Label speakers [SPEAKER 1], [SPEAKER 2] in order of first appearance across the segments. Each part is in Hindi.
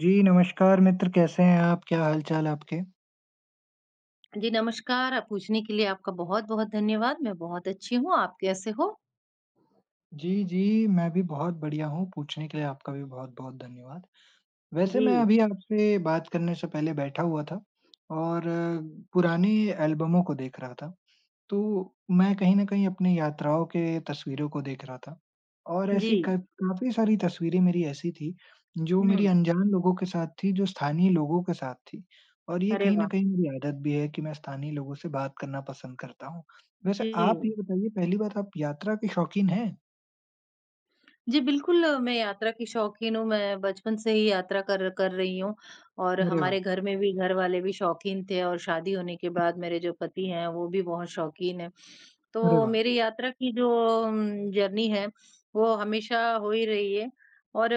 [SPEAKER 1] जी, नमस्कार मित्र, कैसे हैं आप? क्या हाल-चाल आपके?
[SPEAKER 2] जी, नमस्कार। आप पूछने के लिए आपका बहुत-बहुत धन्यवाद। मैं बहुत अच्छी हूँ, आप कैसे हो?
[SPEAKER 1] जी, मैं भी बहुत बढ़िया हूँ, पूछने के लिए आपका भी बहुत-बहुत धन्यवाद। वैसे
[SPEAKER 2] जी,
[SPEAKER 1] मैं अभी आपसे बात करने से पहले बैठा हुआ था और अ, पुरानी एल्बमों को देख रहा था। तो मैं कहीं न कहीं अपनी यात्राओं के तस्वीरों को देख रहा था और
[SPEAKER 2] जी।
[SPEAKER 1] ऐसी क काफ़ी सारी तस्वीरें मेरी ऐसी थी, जो मेरी
[SPEAKER 2] हुँ,
[SPEAKER 1] अनजान लोगों के साथ थी, जो स्थानीय लोगों के साथ थी और ये
[SPEAKER 2] अरे
[SPEAKER 1] कहीं न
[SPEAKER 2] वाह!
[SPEAKER 1] कहीं मेरी आदत भी है कि मैं स्थानीय लोगों से बात करना पसंद करता हूँ। वैसे
[SPEAKER 2] जी।
[SPEAKER 1] आप ये बताइए पहली बात आप यात्रा के शौकीन हैं?
[SPEAKER 2] जी, बिल्कुल मैं यात्रा की शौकीन हूँ, मैं बचपन से ही यात्रा कर कर रही हूँ और
[SPEAKER 1] अरे वाह!
[SPEAKER 2] हमारे घर में भी घर वाले भी शौकीन थे और शादी होने के बाद मेरे जो पति हैं, वो भी बहुत शौकीन हैं। तो
[SPEAKER 1] अरे वाह!
[SPEAKER 2] मेरी यात्रा की जो जर्नी है, वो हमेशा हो ही रही है और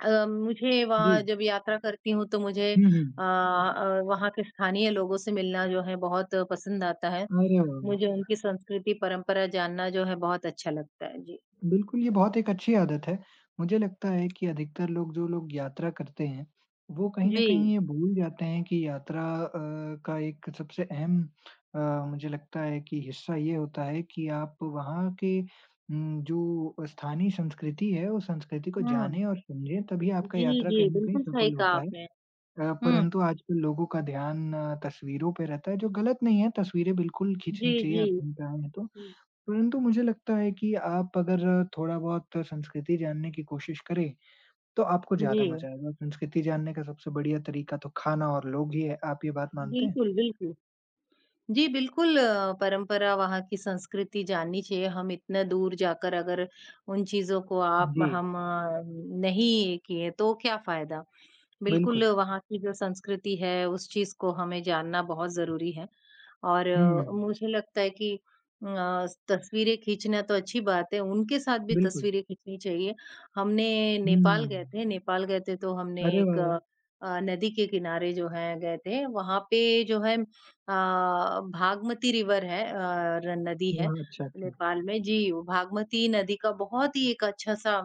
[SPEAKER 2] मुझे
[SPEAKER 1] जी।
[SPEAKER 2] वहाँ जब यात्रा करती हूँ तो मुझे
[SPEAKER 1] हुँ, हुँ।
[SPEAKER 2] वहाँ के स्थानीय लोगों से मिलना जो है बहुत पसंद आता है।
[SPEAKER 1] अरे वाह!
[SPEAKER 2] मुझे
[SPEAKER 1] वाह!
[SPEAKER 2] उनकी संस्कृति, परंपरा जानना जो है बहुत अच्छा लगता है। जी।
[SPEAKER 1] बिल्कुल, ये बहुत एक अच्छी आदत है। मुझे लगता है कि अधिकतर लोग जो लोग यात्रा करते हैं, वो कहीं न
[SPEAKER 2] जी।
[SPEAKER 1] कहीं ये भूल जाते हैं कि का एक सबसे अहम अ, मुझे लगता है कि हिस्सा ये होता है कि आप वहाँ के जो स्थानीय संस्कृति है, उस संस्कृति को
[SPEAKER 2] हुँ।
[SPEAKER 1] जानें और समझें, तभी आपका
[SPEAKER 2] जी,
[SPEAKER 1] यात्रा
[SPEAKER 2] जी,
[SPEAKER 1] कहीं न कहीं
[SPEAKER 2] बिल्कुल सही
[SPEAKER 1] सफल
[SPEAKER 2] कहा
[SPEAKER 1] होता है।
[SPEAKER 2] आपने। हुँ।
[SPEAKER 1] परंतु आजकल लोगों का ध्यान तस्वीरों पे रहता है, जो गलत नहीं है, तस्वीरें बिल्कुल
[SPEAKER 2] जी,
[SPEAKER 1] खींचनी चाहिए,
[SPEAKER 2] जी।
[SPEAKER 1] आप कहीं पे आए हैं तो।
[SPEAKER 2] जी।
[SPEAKER 1] परंतु मुझे लगता है कि आप अगर थोड़ा-बहुत संस्कृति जानने की कोशिश करें, तो आपको
[SPEAKER 2] जी।
[SPEAKER 1] ज़्यादा मज़ा आएगा। संस्कृति जानने का सबसे बढ़िया तरीका तो खाना और लोग ही है। आप ये बात मानते हैं?
[SPEAKER 2] बिल्कुल, बिल्कुल। जी, बिल्कुल परंपरा वहाँ की संस्कृति जाननी चाहिए। हम इतना दूर जाकर अगर उन चीज़ों को आप
[SPEAKER 1] जी,
[SPEAKER 2] हम अ, नहीं किए तो क्या फ़ायदा? बिल्कुल,
[SPEAKER 1] बिल्कुल।
[SPEAKER 2] वहाँ की जो संस्कृति है, उस चीज़ को हमें जानना बहुत ज़रूरी है और
[SPEAKER 1] हुँ,
[SPEAKER 2] मुझे लगता है कि अ, तस्वीरें खींचना तो अच्छी बात है, उनके साथ भी
[SPEAKER 1] बिल्कुल।
[SPEAKER 2] तस्वीरें खींचनी चाहिए। हमने नेपाल गए
[SPEAKER 1] हुँ।
[SPEAKER 2] थे, नेपाल गए थे तो हमने
[SPEAKER 1] अरे
[SPEAKER 2] एक
[SPEAKER 1] वाह, वाह!
[SPEAKER 2] नदी के किनारे जो है गए थे, वहाँ पे जो है भागमती रिवर है अ, र नदी है
[SPEAKER 1] वाह! अच्छा, अच्छा।
[SPEAKER 2] नेपाल में जी, वो भागमती नदी का बहुत ही एक अच्छा-सा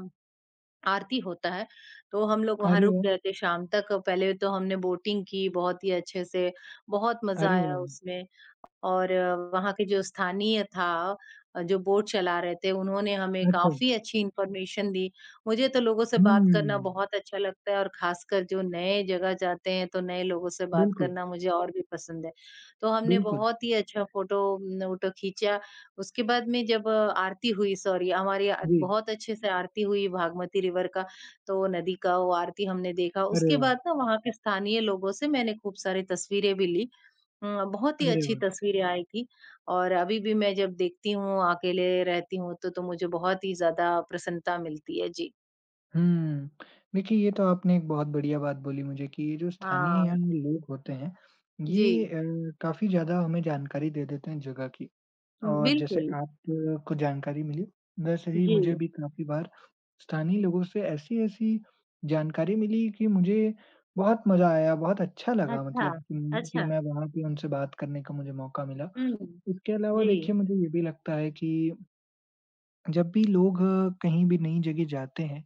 [SPEAKER 2] आरती होता है, तो हम लोग वहाँ
[SPEAKER 1] अरे
[SPEAKER 2] रुक
[SPEAKER 1] वाह!
[SPEAKER 2] गए थे शाम तक। पहले तो हमने बोटिंग की बहुत ही अच्छे से, बहुत मज़ा
[SPEAKER 1] अरे वाह,
[SPEAKER 2] आया
[SPEAKER 1] वाह!
[SPEAKER 2] उसमें। और वहाँ के जो स्थानीय था जो बोट चला रहे थे, उन्होंने हमें
[SPEAKER 1] अच्छा।
[SPEAKER 2] काफ़ी अच्छी इन्फॉर्मेशन दी। मुझे तो लोगों से बात
[SPEAKER 1] हुँ,
[SPEAKER 2] करना बहुत अच्छा लगता है और ख़ासकर जो नए जगह जाते हैं, तो नए लोगों से बात
[SPEAKER 1] बिल्कुल,
[SPEAKER 2] करना मुझे और भी पसंद है। तो हमने
[SPEAKER 1] बिल्कुल।
[SPEAKER 2] बहुत ही अच्छा फ़ोटो न वोटो खींचा। उसके बाद में जब आरती हुई सॉरी हमारी
[SPEAKER 1] जी।
[SPEAKER 2] बहुत अच्छे से आरती हुई भागमती रिवर का, तो नदी का वो आरती हमने देखा।
[SPEAKER 1] अरे
[SPEAKER 2] उसके
[SPEAKER 1] वाह!
[SPEAKER 2] बाद ना वहाँ के स्थानीय लोगों से मैंने खूब सारी तस्वीरें भी ली बहुत ही
[SPEAKER 1] अरे
[SPEAKER 2] अच्छी
[SPEAKER 1] वाह!
[SPEAKER 2] तस्वीरें आएगी और अभी भी मैं जब देखती हूँ, अकेले रहती हूँ तो, मुझे बहुत ही ज़्यादा प्रसन्नता मिलती है। जी।
[SPEAKER 1] हुँ। देखिए, ये तो आपने एक बहुत बढ़िया बात बोली मुझे कि ये जो स्थानीय
[SPEAKER 2] हाँ,
[SPEAKER 1] यहाँ के लोग होते हैं, ये
[SPEAKER 2] जी,
[SPEAKER 1] अ, काफ़ी ज़्यादा हमें जानकारी दे देते हैं जगह की और जैसे
[SPEAKER 2] बिल्कुल।
[SPEAKER 1] आपको जानकारी मिली, वैसे ही
[SPEAKER 2] जी,
[SPEAKER 1] मुझे भी काफ़ी बार स्थानीय लोगों से ऐसी-ऐसी जानकारी मिली कि मुझे बहुत मज़ा आया, बहुत अच्छा लगा
[SPEAKER 2] अच्छा,
[SPEAKER 1] मतलब कि
[SPEAKER 2] अच्छा।
[SPEAKER 1] मैं वहाँ पे उनसे बात करने का मुझे मौका मिला।
[SPEAKER 2] हुँ,
[SPEAKER 1] इसके अलावा
[SPEAKER 2] जी।
[SPEAKER 1] देखिए, मुझे ये भी लगता है कि जब भी लोग कहीं भी नई जगह जाते हैं,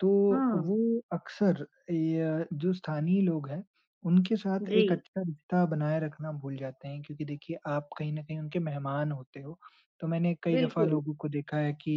[SPEAKER 1] तो
[SPEAKER 2] हुँ,
[SPEAKER 1] वो अक्सर ये जो स्थानीय लोग हैं, उनके साथ
[SPEAKER 2] जी,
[SPEAKER 1] एक अच्छा रिश्ता बनाए रखना भूल जाते हैं क्योंकि देखिए आप कहीं न कहीं उनके मेहमान होते हो। तो मैंने कई दफ़ा
[SPEAKER 2] बिल्कुल।
[SPEAKER 1] लोगों को देखा है कि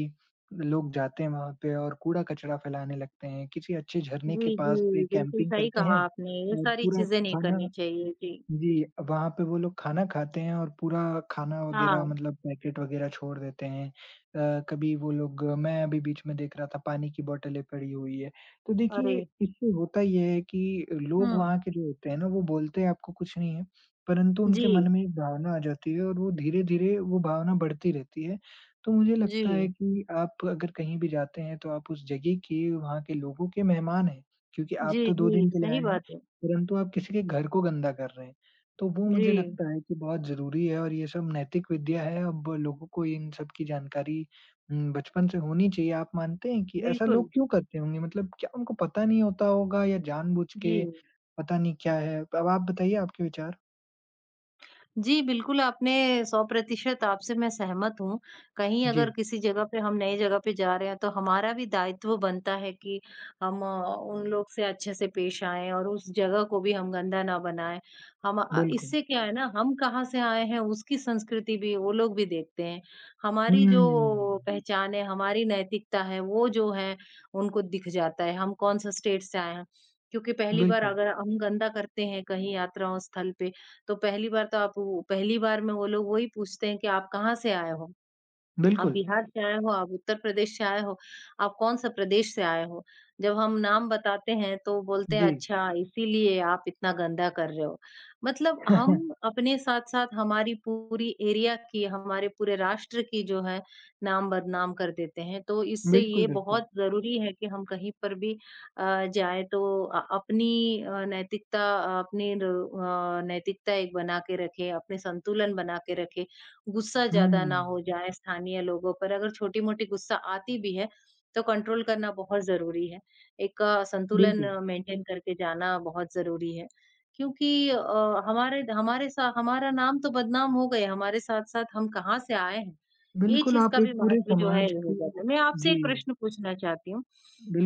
[SPEAKER 1] लोग जाते हैं वहाँ पे और कूड़ा-कचरा फैलाने लगते हैं, किसी अच्छे झरने के
[SPEAKER 2] जी,
[SPEAKER 1] पास पे
[SPEAKER 2] जी, बिल्कुल
[SPEAKER 1] कैंपिंग
[SPEAKER 2] सही
[SPEAKER 1] करते
[SPEAKER 2] कहा
[SPEAKER 1] हैं
[SPEAKER 2] आपने, ये
[SPEAKER 1] और
[SPEAKER 2] सारी
[SPEAKER 1] पूरा
[SPEAKER 2] चीज़ें नहीं करनी
[SPEAKER 1] खाना
[SPEAKER 2] चाहिए। जी,
[SPEAKER 1] जी, वहाँ पे वो लोग खाना खाते हैं और पूरा खाना वगैरह
[SPEAKER 2] हाँ,
[SPEAKER 1] मतलब पैकेट वगैरह छोड़ देते हैं। कभी वो लोग मैं अभी बीच में देख रहा था पानी की बॉटलें पड़ी हुई है। तो
[SPEAKER 2] अरे!
[SPEAKER 1] देखिए इससे होता ये है कि लोग वहाँ
[SPEAKER 2] हुँ,
[SPEAKER 1] के जो होते हैं ना वो बोलते हैं आपको कुछ नहीं है, परंतु
[SPEAKER 2] जी,
[SPEAKER 1] उनके मन में एक भावना आ जाती है और वो धीरे-धीरे वो भावना बढ़ती रहती है। तो मुझे
[SPEAKER 2] जी,
[SPEAKER 1] लगता है कि आप अगर कहीं भी जाते हैं तो आप उस जगह के वहाँ के लोगों के मेहमान हैं, क्योंकि आप
[SPEAKER 2] जी,
[SPEAKER 1] तो 2
[SPEAKER 2] जी,
[SPEAKER 1] दिन के लिए
[SPEAKER 2] सही
[SPEAKER 1] आए हैं,
[SPEAKER 2] बात है।
[SPEAKER 1] परंतु आप किसी के घर को गंदा कर रहे हैं। तो वो मुझे
[SPEAKER 2] जी,
[SPEAKER 1] लगता है कि बहुत ज़रूरी है और ये सब नैतिक विद्या है। अब लोगों को इन सब की जानकारी बचपन से होनी चाहिए। आप मानते हैं कि ऐसा
[SPEAKER 2] बिल्कुल,
[SPEAKER 1] लोग क्यों करते होंगे? मतलब क्या उनको पता नहीं होता होगा या जानबूझ
[SPEAKER 2] जी।
[SPEAKER 1] के पता नहीं क्या है? अब आप बताइए आपके विचार।
[SPEAKER 2] जी, बिल्कुल, आपने 100% आपसे मैं सहमत हूँ। कहीं अगर
[SPEAKER 1] जी,
[SPEAKER 2] किसी जगह पे हम नई जगह पे जा रहे हैं, तो हमारा भी दायित्व बनता है कि हम उन लोग से अच्छे से पेश आएँ और उस जगह को भी हम गंदा ना बनाएँ। हम
[SPEAKER 1] बिल्कुल।
[SPEAKER 2] इससे क्या है ना, हम कहाँ से आए हैं, उसकी संस्कृति भी वो लोग भी देखते हैं। हमारी
[SPEAKER 1] हम्म,
[SPEAKER 2] जो पहचान है, हमारी नैतिकता है, वो जो है, उनको दिख जाता है, हम कौन-सा स्टेट से आए हैं। क्योंकि पहली बार
[SPEAKER 1] बिल्कुल,
[SPEAKER 2] अगर हम गंदा करते हैं कहीं यात्राओं स्थल पे, तो पहली बार तो आप वो पहली बार में वो लोग वही पूछते हैं कि आप कहाँ से आए हो? आप
[SPEAKER 1] बिल्कुल।
[SPEAKER 2] बिहार से आए हो, आप उत्तर प्रदेश से आए हो, आप कौन-सा प्रदेश से आए हो? जब हम नाम बताते हैं तो बोलते हैं
[SPEAKER 1] जी।
[SPEAKER 2] अच्छा इसीलिए आप इतना गंदा कर रहे हो। मतलब हम अपने साथ-साथ हमारी पूरी एरिया की, हमारे पूरे राष्ट्र की जो है नाम बदनाम कर देते हैं। तो इससे
[SPEAKER 1] बिल्कुल,
[SPEAKER 2] ये
[SPEAKER 1] बिल्कुल।
[SPEAKER 2] बहुत ज़रूरी है कि हम कहीं पर भी जाएँ तो अपनी नैतिकता अपनी नैतिकता एक बना के रखें, अपने संतुलन बना के रखें। गुस्सा ज़्यादा ना
[SPEAKER 1] हम्म,
[SPEAKER 2] हो जाए स्थानीय लोगों पर। अगर छोटी-मोटी गुस्सा आती भी है, तो कंट्रोल करना बहुत ज़रूरी है। एक संतुलन
[SPEAKER 1] बिल्कुल।
[SPEAKER 2] मेंटेन करके जाना बहुत ज़रूरी है। क्योंकि हमारे हमारे सा हमारा नाम तो बदनाम हो गए, हमारे साथ-साथ हम कहाँ से आए हैं, ये
[SPEAKER 1] बिल्कुल,
[SPEAKER 2] चीज़ का
[SPEAKER 1] आप
[SPEAKER 2] भी
[SPEAKER 1] एक पूरे
[SPEAKER 2] महत्व जो है
[SPEAKER 1] समाज
[SPEAKER 2] ये हो जाता
[SPEAKER 1] को
[SPEAKER 2] है। मैं आपसे
[SPEAKER 1] जी,
[SPEAKER 2] एक प्रश्न पूछना चाहती हूँ,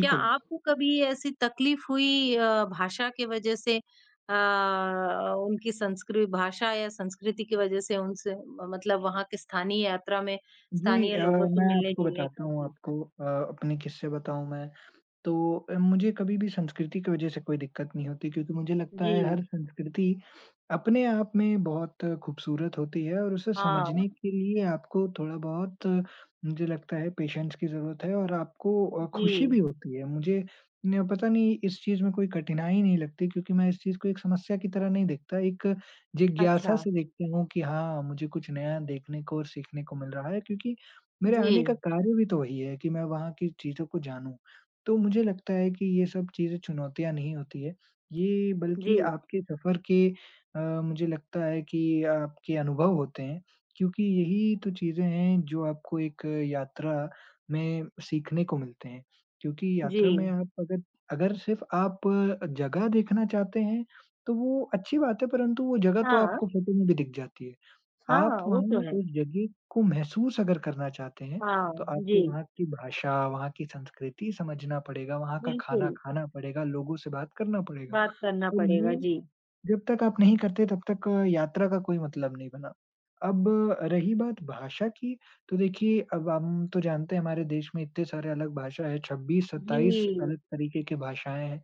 [SPEAKER 2] क्या आपको कभी ऐसी तकलीफ हुई भाषा के वजह से अ, उनकी संस्कृ भाषा या संस्कृति की वजह से उनसे म मतलब वहाँ के स्थानीय यात्रा में
[SPEAKER 1] जी
[SPEAKER 2] स्थानीय
[SPEAKER 1] अ,
[SPEAKER 2] लोगों से
[SPEAKER 1] मैं आपको
[SPEAKER 2] मिलने-जुलने
[SPEAKER 1] बताता
[SPEAKER 2] का।
[SPEAKER 1] हूँ
[SPEAKER 2] जी।
[SPEAKER 1] आपको अपने किस्से बताऊँ मैं। तो मुझे कभी भी संस्कृति की वजह से कोई दिक्कत नहीं होती क्योंकि मुझे लगता
[SPEAKER 2] जी।
[SPEAKER 1] है हर संस्कृति अपने आप में बहुत खूबसूरत होती है और उसे
[SPEAKER 2] हाँ।
[SPEAKER 1] समझने के लिए आपको थोड़ा बहुत मुझे लगता है पेशेंस की ज़रूरत है और आपको खुशी
[SPEAKER 2] जी।
[SPEAKER 1] भी होती है। मुझे न पता नहीं इस चीज़ में कोई कठिनाई नहीं लगती क्योंकि मैं इस चीज़ को एक समस्या की तरह नहीं देखता, एक
[SPEAKER 2] अच्छा।
[SPEAKER 1] जिज्ञासा से देखता हूँ कि हाँ, मुझे कुछ नया देखने को और सीखने को मिल रहा है क्योंकि मेरे
[SPEAKER 2] जी।
[SPEAKER 1] आने का कार्य भी तो वही है कि मैं वहाँ की चीज़ों को जानूँ। तो मुझे लगता है कि ये सब चीज़ें चुनौतियाँ नहीं होती है। ये
[SPEAKER 2] जी।
[SPEAKER 1] बल्कि आपके सफ़र के मुझे लगता है कि आपके अनुभव होते हैं, क्योंकि यही तो चीज़ें हैं जो आपको एक यात्रा में सीखने को मिलते हैं। क्योंकि
[SPEAKER 2] जी।
[SPEAKER 1] यात्रा में आप अगर अगर सिर्फ़ आप जगह देखना चाहते हैं, तो वो अच्छी बात है, परंतु वो जगह तो
[SPEAKER 2] हाँ।
[SPEAKER 1] आपको फ़ोटो में भी दिख जाती है। आप
[SPEAKER 2] हाँ, वो तो
[SPEAKER 1] वहीं
[SPEAKER 2] है।
[SPEAKER 1] उस जगह को महसूस अगर करना चाहते हैं, तो
[SPEAKER 2] हाँ, जी।
[SPEAKER 1] आपको वहाँ की भाषा, वहाँ की संस्कृति समझना पड़ेगा, वहाँ का
[SPEAKER 2] बिल्कुल,
[SPEAKER 1] खाना खाना पड़ेगा, लोगों से बात करना पड़ेगा
[SPEAKER 2] बात करना
[SPEAKER 1] और
[SPEAKER 2] पड़ेगा।
[SPEAKER 1] ये
[SPEAKER 2] जी।
[SPEAKER 1] जब तक आप नहीं करते तब तक यात्रा का कोई मतलब नहीं बना। अब रही बात भाषा की, तो देखिए अब हम तो जानते हैं हमारे देश में इतने सारे अलग भाषा है, 26-27
[SPEAKER 2] जी।
[SPEAKER 1] अलग तरीके की भाषाएँ हैं।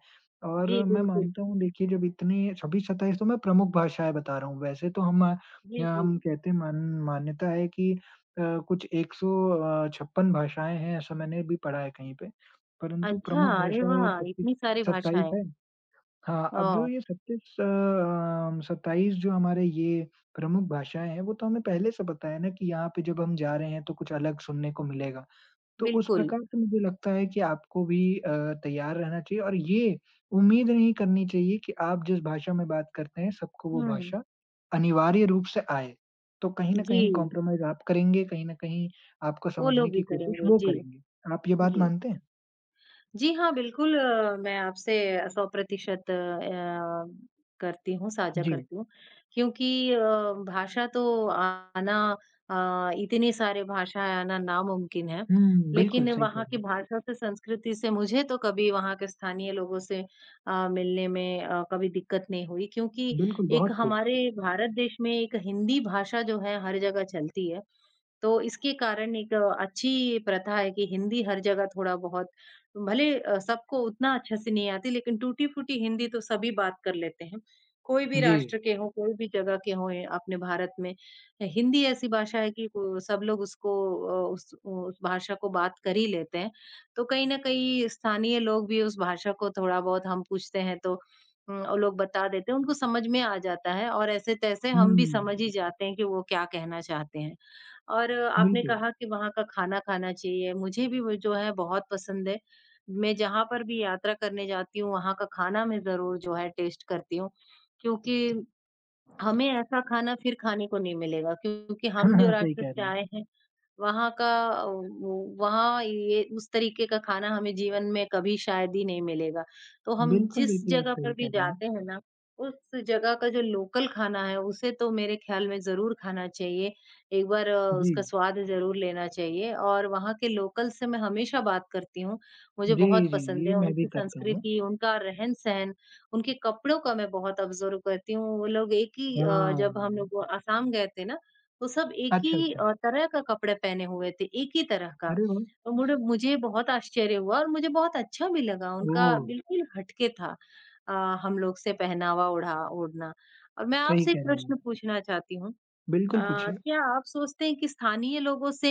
[SPEAKER 1] और
[SPEAKER 2] जी,
[SPEAKER 1] मैं
[SPEAKER 2] बिल्कुल।
[SPEAKER 1] मानता हूँ देखिए जब इतने 26-27 तो मैं प्रमुख भाषाएँ बता रहा हूँ, वैसे तो हम
[SPEAKER 2] जी,
[SPEAKER 1] या
[SPEAKER 2] जी।
[SPEAKER 1] हम कहते हैं मान्यता है कि अ, कुछ 100 अ, 56 भाषाएँ हैं, ऐसा मैंने भी पढ़ा है कहीं पे, परंतु
[SPEAKER 2] अच्छा,
[SPEAKER 1] प्रमुख
[SPEAKER 2] अरे
[SPEAKER 1] भाषाएँ
[SPEAKER 2] वाह! इतनी सारी
[SPEAKER 1] 25-27
[SPEAKER 2] भाषाएँ।
[SPEAKER 1] है। हाँ, अब
[SPEAKER 2] ओह!
[SPEAKER 1] जो ये 27 जो हमारे ये प्रमुख भाषाएँ हैं, वो तो हमें पहले से पता है ना कि यहाँ पे जब हम जा रहे हैं, तो कुछ अलग सुनने को मिलेगा। तो उस
[SPEAKER 2] बिल्कुल।
[SPEAKER 1] प्रकार से मुझे लगता है कि आपको भी तैयार रहना चाहिए और ये उम्मीद नहीं करनी चाहिए कि आप जिस भाषा में बात करते हैं, सबको वो
[SPEAKER 2] हुँ।
[SPEAKER 1] भाषा अनिवार्य रूप से आए। तो कहीं न
[SPEAKER 2] जी,
[SPEAKER 1] कहीं कॉम्प्रोमाइज़ आप करेंगे, कहीं न कहीं आपको
[SPEAKER 2] वो
[SPEAKER 1] समझने
[SPEAKER 2] लोग
[SPEAKER 1] की
[SPEAKER 2] भी
[SPEAKER 1] कोशिश
[SPEAKER 2] करेंगे।
[SPEAKER 1] वो
[SPEAKER 2] जी,
[SPEAKER 1] करेंगे। आप ये बात
[SPEAKER 2] जी।
[SPEAKER 1] मानते हैं?
[SPEAKER 2] जी हाँ, बिल्कुल मैं आपसे 100% करती हूँ, साझा
[SPEAKER 1] जी।
[SPEAKER 2] करती हूँ। क्योंकि अ, भाषा तो आना इतनी सारे भाषाएँ आना नामुमकिन है।
[SPEAKER 1] हुँ, बिल्कुल
[SPEAKER 2] लेकिन
[SPEAKER 1] सही कह
[SPEAKER 2] वहाँ
[SPEAKER 1] रहे
[SPEAKER 2] की
[SPEAKER 1] हैं।
[SPEAKER 2] भाषा से, संस्कृति से मुझे तो कभी वहाँ के स्थानीय लोगों से मिलने में कभी दिक्कत नहीं हुई क्योंकि
[SPEAKER 1] बिल्कुल,
[SPEAKER 2] एक
[SPEAKER 1] बहुत खूब।
[SPEAKER 2] हमारे भारत देश में एक हिंदी भाषा जो है हर जगह चलती है। तो इसके कारण एक अच्छी प्रथा है कि हिंदी हर जगह थोड़ा-बहुत भले सबको उतना अच्छे से नहीं आती, लेकिन टूटी-फूटी हिंदी तो सभी बात कर लेते हैं। कोई भी
[SPEAKER 1] जी।
[SPEAKER 2] राष्ट्र के हों, कोई भी जगह के हों ए अपने भारत में, हिंदी ऐसी भाषा है कि को सब लोग उसको उस भाषा को बात कर ही लेते हैं। तो कहीं न कहीं स्थानीय लोग भी उस भाषा को थोड़ा-बहुत हम पूछते हैं तो वो लोग बता देते हैं, उनको समझ में आ जाता है और ऐसे-तैसे हम भी
[SPEAKER 1] हुँ,
[SPEAKER 2] समझ ही जाते हैं कि वो क्या कहना चाहते हैं। और आपने
[SPEAKER 1] बिल्कुल।
[SPEAKER 2] कहा कि वहाँ का खाना खाना चाहिए। मुझे भी वो जो है बहुत पसंद है। मैं जहाँ पर भी यात्रा करने जाती हूँ, वहाँ का खाना मैं ज़रूर जो है टेस्ट करती हूँ, क्योंकि हमें ऐसा खाना फिर खाने को नहीं मिलेगा क्योंकि
[SPEAKER 1] हाँ,
[SPEAKER 2] हम जो
[SPEAKER 1] हाँ, सही
[SPEAKER 2] रास्ते
[SPEAKER 1] कह
[SPEAKER 2] से
[SPEAKER 1] रही हैं।
[SPEAKER 2] आए हैं वहाँ का वो वहाँ ये उस तरीके का खाना हमें जीवन में कभी शायद ही नहीं मिलेगा। तो हम
[SPEAKER 1] बिल्कुल,
[SPEAKER 2] जिस
[SPEAKER 1] बिल्कुल, आप
[SPEAKER 2] जगह पर
[SPEAKER 1] सही
[SPEAKER 2] भी
[SPEAKER 1] कह रही हैं।
[SPEAKER 2] जाते हैं ना, उस जगह का जो लोकल खाना है, उसे तो मेरे ख़्याल में ज़रूर खाना चाहिए। एक बार
[SPEAKER 1] जी।
[SPEAKER 2] उसका स्वाद ज़रूर लेना चाहिए और वहाँ के लोकल से मैं हमेशा बात करती हूँ। मुझे
[SPEAKER 1] जी,
[SPEAKER 2] बहुत
[SPEAKER 1] जी,
[SPEAKER 2] पसंद
[SPEAKER 1] ये
[SPEAKER 2] है
[SPEAKER 1] मैं भी
[SPEAKER 2] उनकी
[SPEAKER 1] करता हूँ।
[SPEAKER 2] संस्कृति, उनका रहन-सहन, उनके कपड़ों का मैं बहुत ऑब्ज़र्व करती हूँ। वो लोग एक ही जब हम
[SPEAKER 1] हाँ।
[SPEAKER 2] लोग असम गए थे ना तो सब एक
[SPEAKER 1] अच्छा,
[SPEAKER 2] ही
[SPEAKER 1] अच्छा।
[SPEAKER 2] तरह का कपड़ा पहने हुए थे, एक ही तरह का।
[SPEAKER 1] अरे वाह!
[SPEAKER 2] तो मुड़ मुझे बहुत आश्चर्य हुआ और मुझे बहुत अच्छा भी लगा, उनका
[SPEAKER 1] ओह!
[SPEAKER 2] बिल्कुल हटके था अ, हम लोग से पहनावा ओढ़ा ओढ़ना। और मैं
[SPEAKER 1] सही
[SPEAKER 2] आपसे एक
[SPEAKER 1] कह रहे हैं
[SPEAKER 2] प्रश्न
[SPEAKER 1] आप।
[SPEAKER 2] पूछना चाहती हूँ
[SPEAKER 1] बिल्कुल पूछिए।
[SPEAKER 2] क्या आप सोचते हैं कि स्थानीय लोगों से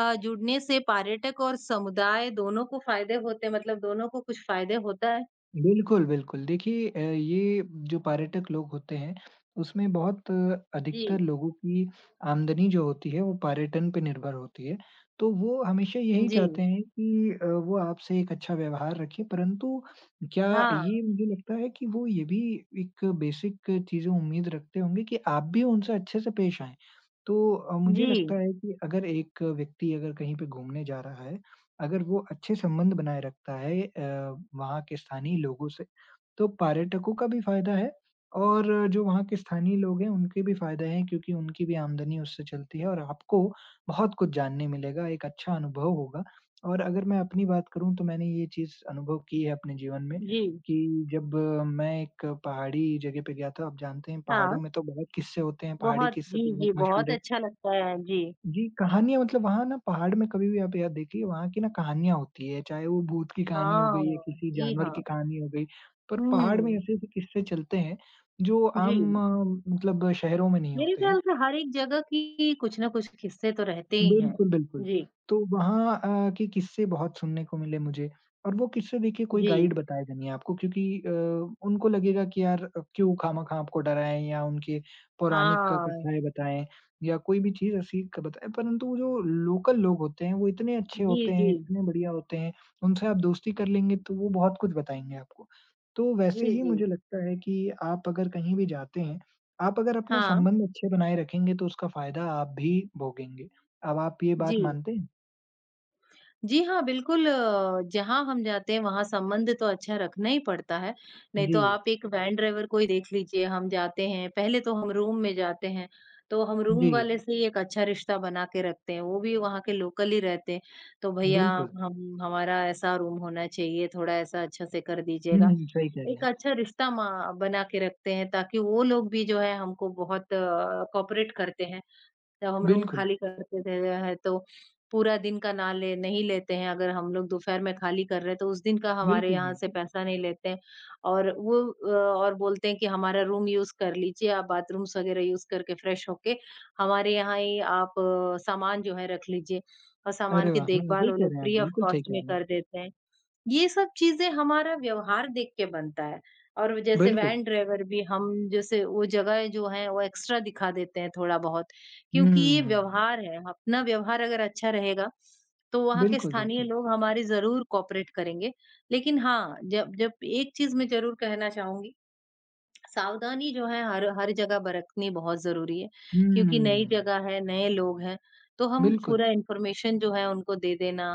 [SPEAKER 2] जुड़ने से पर्यटक और समुदाय दोनों को फ़ायदे होते हैं मतलब दोनों को कुछ फ़ायदे होता है?
[SPEAKER 1] बिल्कुल, बिल्कुल। देखिए, ये जो पर्यटक लोग होते हैं, उसमें
[SPEAKER 2] जी।
[SPEAKER 1] अधिकतर लोगों की आमदनी जो होती है, वो पर्यटन पे निर्भर होती है। तो वो हमेशा यही
[SPEAKER 2] जी,
[SPEAKER 1] चाहते हैं कि वो आपसे एक अच्छा व्यवहार रखें, परंतु क्या
[SPEAKER 2] हाँ,
[SPEAKER 1] ये मुझे लगता है कि वो ये भी एक बेसिक चीज़ें उम्मीद रखते होंगे कि आप भी उनसे अच्छे से पेश आएँ। तो
[SPEAKER 2] जी,
[SPEAKER 1] मुझे लगता है कि अगर एक व्यक्ति अगर कहीं पे घूमने जा रहा है, अगर वो अच्छे संबंध बनाए रखता है वहाँ के स्थानीय लोगों से, तो पर्यटकों का भी फ़ायदा है और जो वहाँ के स्थानीय लोग हैं, उनके भी फ़ायदा है क्योंकि उनकी भी आमदनी उससे चलती है और आपको बहुत कुछ जानने मिलेगा, एक अच्छा अनुभव होगा। और अगर मैं अपनी बात करूँ तो मैंने ये चीज़ अनुभव की है अपने जीवन में
[SPEAKER 2] जी।
[SPEAKER 1] कि जब मैं एक पहाड़ी जगह पे गया था, आप जानते हैं
[SPEAKER 2] हाँ,
[SPEAKER 1] पहाड़ों में तो बहुत किस्से होते हैं, पहाड़ी
[SPEAKER 2] बहुत
[SPEAKER 1] किस्से तो
[SPEAKER 2] जी,
[SPEAKER 1] बहुत
[SPEAKER 2] जी, बहुत
[SPEAKER 1] मशहूर है।
[SPEAKER 2] अच्छा लगता है। जी।
[SPEAKER 1] जी, कहानियाँ मतलब वहाँ ना पहाड़ में कभी भी आप यह देखिए वहाँ की ना कहानियाँ होती है, चाहे वो भूत की कहानी हो गई या
[SPEAKER 2] हाँ,
[SPEAKER 1] किसी
[SPEAKER 2] जी
[SPEAKER 1] जानवर
[SPEAKER 2] हाँ।
[SPEAKER 1] की कहानी हो गई, पर पहाड़ में
[SPEAKER 2] हुँ,
[SPEAKER 1] ऐसे-ऐसे किस्से चलते हैं जो
[SPEAKER 2] जी।
[SPEAKER 1] आम मतलब शहरों में नहीं
[SPEAKER 2] मेरे
[SPEAKER 1] होते हैं।
[SPEAKER 2] ख़्याल से हर एक जगह की कुछ ना कुछ किस्से तो रहते ही हैं।
[SPEAKER 1] बिल्कुल, बिल्कुल।
[SPEAKER 2] जी,
[SPEAKER 1] तो वहाँ के किस्से बहुत सुनने को मिले मुझे और वो किस्से देखिए कोई
[SPEAKER 2] जी।
[SPEAKER 1] गाइड बताएगा नहीं आपको क्योंकि उनको लगेगा कि यार क्यों खामखा आपको डराएँ या उनके पौराणिक का
[SPEAKER 2] हाँ।
[SPEAKER 1] कथाएँ बताएँ या कोई भी चीज़ ऐसी क बताएँ। परंतु वो जो लोकल लोग होते हैं वो इतने अच्छे
[SPEAKER 2] जी,
[SPEAKER 1] होते
[SPEAKER 2] जी।
[SPEAKER 1] हैं, इतने बढ़िया होते हैं, उनसे आप दोस्ती कर लेंगे तो वो बहुत कुछ बताएँगे आपको। तो वैसे
[SPEAKER 2] जी,
[SPEAKER 1] ही
[SPEAKER 2] जी।
[SPEAKER 1] मुझे लगता है कि आप अगर कहीं भी जाते हैं, आप अगर अपने
[SPEAKER 2] हाँ,
[SPEAKER 1] संबंध अच्छे बनाए रखेंगे तो उसका फ़ायदा आप भी भोगेंगे। अब आप ये
[SPEAKER 2] जी।
[SPEAKER 1] बात मानते हैं?
[SPEAKER 2] जी हाँ, बिल्कुल जहाँ हम जाते हैं वहाँ संबंध तो अच्छा रखना ही पड़ता है, नहीं
[SPEAKER 1] जी,
[SPEAKER 2] तो आप एक वैन ड्राइवर को ही देख लीजिए, हम जाते हैं, पहले तो हम रूम में जाते हैं, तो हम रूम
[SPEAKER 1] जी,
[SPEAKER 2] वाले से ही एक अच्छा रिश्ता बना के रखते हैं, वो भी वहाँ के लोकल ही रहते हैं, तो भैया
[SPEAKER 1] बिल्कुल।
[SPEAKER 2] हम हमारा ऐसा रूम होना चाहिए, थोड़ा ऐसा अच्छा से कर
[SPEAKER 1] हुँ,
[SPEAKER 2] दीजिएगा।
[SPEAKER 1] हुँ, सही कह रहे
[SPEAKER 2] एक
[SPEAKER 1] हैं।
[SPEAKER 2] अच्छा रिश्ता मा बना के रखते हैं ताकि वो लोग भी जो है हमको बहुत कोऑपरेट करते हैं। जब हम रूम
[SPEAKER 1] बिल्कुल,
[SPEAKER 2] खाली करते थे है तो पूरा दिन का ना ले नहीं लेते हैं अगर हम लोग दोपहर में खाली कर रहे हैं तो उस दिन का हमारे
[SPEAKER 1] बिल्कुल,
[SPEAKER 2] यहाँ से
[SPEAKER 1] बिल्कुल।
[SPEAKER 2] पैसा नहीं लेते हैं और वो और बोलते हैं कि हमारा रूम यूज़ कर लीजिए आप बाथरूम्स वगैरह यूज़ करके फ्रेश होके हमारे यहाँ ही आप सामान जो है रख लीजिए और सामान
[SPEAKER 1] अरे
[SPEAKER 2] की
[SPEAKER 1] वाह! हाँ,
[SPEAKER 2] देखभाल
[SPEAKER 1] सही
[SPEAKER 2] वो
[SPEAKER 1] कह
[SPEAKER 2] लोग
[SPEAKER 1] रहे हैं आप,
[SPEAKER 2] फ्री ऑफ
[SPEAKER 1] बिल्कुल सही
[SPEAKER 2] कॉस्ट
[SPEAKER 1] कह
[SPEAKER 2] में
[SPEAKER 1] रहे हैं।
[SPEAKER 2] कर देते हैं। ये सब चीज़ें हमारा व्यवहार देख के बनता है और जैसे
[SPEAKER 1] बिल्कुल,
[SPEAKER 2] वैन ड्राइवर भी हम जैसे वो जगह जो है वो एक्स्ट्रा दिखा देते हैं थोड़ा बहुत क्योंकि ये
[SPEAKER 1] हुँ,
[SPEAKER 2] व्यवहार है अपना व्यवहार अगर अच्छा रहेगा तो वहाँ के
[SPEAKER 1] बिल्कुल,
[SPEAKER 2] स्थानीय
[SPEAKER 1] बिल्कुल।
[SPEAKER 2] लोग हमारी जरूर कॉपरेट करेंगे लेकिन हाँ जब जब एक चीज मैं जरूर कहना चाहूंगी सावधानी जो है हर हर जगह बरतनी बहुत ज़रूरी है, क्योंकि नई
[SPEAKER 1] हुँ,
[SPEAKER 2] जगह है, नए लोग हैं, तो हम
[SPEAKER 1] बिल्कुल।
[SPEAKER 2] पूरा इन्फॉर्मेशन जो है उनको दे देना,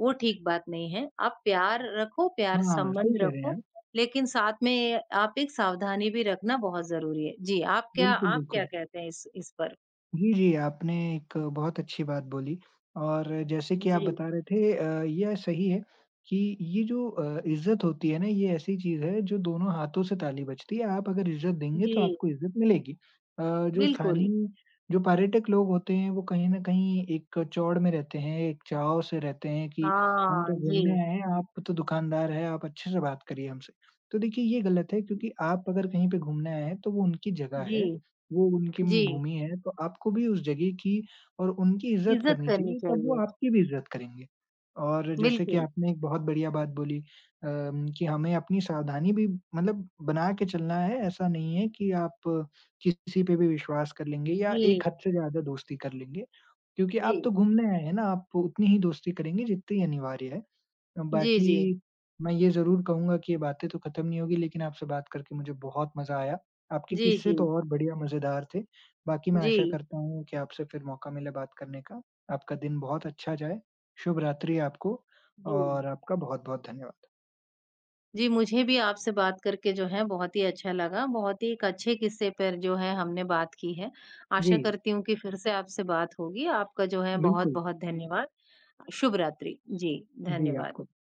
[SPEAKER 2] वो ठीक बात नहीं है। आप प्यार रखो, प्यार
[SPEAKER 1] हाँ, सही
[SPEAKER 2] संबंध
[SPEAKER 1] कह रहे हैं
[SPEAKER 2] रखो,
[SPEAKER 1] आप।
[SPEAKER 2] लेकिन साथ में आप एक सावधानी भी रखना बहुत ज़रूरी है। जी,
[SPEAKER 1] बिल्कुल,
[SPEAKER 2] आप क्या
[SPEAKER 1] बिल्कुल।
[SPEAKER 2] कहते हैं इस पर?
[SPEAKER 1] जी, जी, आपने एक बहुत अच्छी बात बोली और जैसे कि आप
[SPEAKER 2] जी,
[SPEAKER 1] बता रहे थे, यह सही है कि ये जो इज़्ज़त होती है ना, ये ऐसी चीज़ है जो दोनों हाथों से ताली बजती है। आप अगर इज़्ज़त देंगे तो
[SPEAKER 2] जी,
[SPEAKER 1] आपको इज़्ज़त मिलेगी। अ, जो
[SPEAKER 2] बिल्कुल।
[SPEAKER 1] स्थानीय जो पर्यटक लोग होते हैं वो कहीं न कहीं एक चौड़ में रहते हैं, एक चाव से रहते हैं कि हम
[SPEAKER 2] हाँ,
[SPEAKER 1] तो घूमने
[SPEAKER 2] जी।
[SPEAKER 1] आए हैं, आप तो दुकानदार हैं, आप अच्छे से बात करिए हमसे। तो देखिए ये गलत है क्योंकि आप अगर कहीं पे घूमने आए हैं तो वो उनकी जगह
[SPEAKER 2] जी,
[SPEAKER 1] है वो उनकी
[SPEAKER 2] जी,
[SPEAKER 1] भूमि है, तो आपको भी उस जगह की और उनकी इज़्ज़त
[SPEAKER 2] इज़्ज़त
[SPEAKER 1] करनी
[SPEAKER 2] करनी
[SPEAKER 1] चाहिए, तब वो
[SPEAKER 2] चाहिए।
[SPEAKER 1] आपकी भी इज़्ज़त करेंगे। और जैसे कि
[SPEAKER 2] बिल्कुल।
[SPEAKER 1] आपने एक बहुत बढ़िया बात बोली कि हमें अपनी सावधानी भी मतलब बना के चलना है, ऐसा नहीं है कि आप किसी पे भी विश्वास कर लेंगे या
[SPEAKER 2] जी,
[SPEAKER 1] एक हद से ज़्यादा दोस्ती कर लेंगे, क्योंकि
[SPEAKER 2] जी।
[SPEAKER 1] आप तो घूमने आए हैं ना, आप उतनी ही दोस्ती करेंगे जितनी अनिवार्य है।
[SPEAKER 2] जी,
[SPEAKER 1] बाकी
[SPEAKER 2] जी।
[SPEAKER 1] मैं ये ज़रूर कहूँगा कि ये बातें तो खत्म नहीं होगी लेकिन आपसे बात करके मुझे बहुत मज़ा आया। आपके
[SPEAKER 2] जी,
[SPEAKER 1] किस्से
[SPEAKER 2] जी।
[SPEAKER 1] तो और बढ़िया मज़ेदार थे। बाकी मैं
[SPEAKER 2] जी।
[SPEAKER 1] आशा करता हूँ कि आपसे फिर मौका मिले बात करने का। आपका दिन बहुत अच्छा जाए। शुभ रात्रि आपको
[SPEAKER 2] जी।
[SPEAKER 1] और आपका बहुत-बहुत धन्यवाद।
[SPEAKER 2] जी, मुझे भी आपसे बात करके जो है बहुत ही अच्छा लगा। बहुत ही एक अच्छे किस्से पर जो है हमने बात की है। आशा
[SPEAKER 1] जी,
[SPEAKER 2] करती हूँ कि फिर से आपसे बात होगी। आपका जो है
[SPEAKER 1] बिल्कुल।
[SPEAKER 2] बहुत-बहुत धन्यवाद। शुभ रात्रि। जी,
[SPEAKER 1] जी,
[SPEAKER 2] धन्यवाद।
[SPEAKER 1] आपको भी।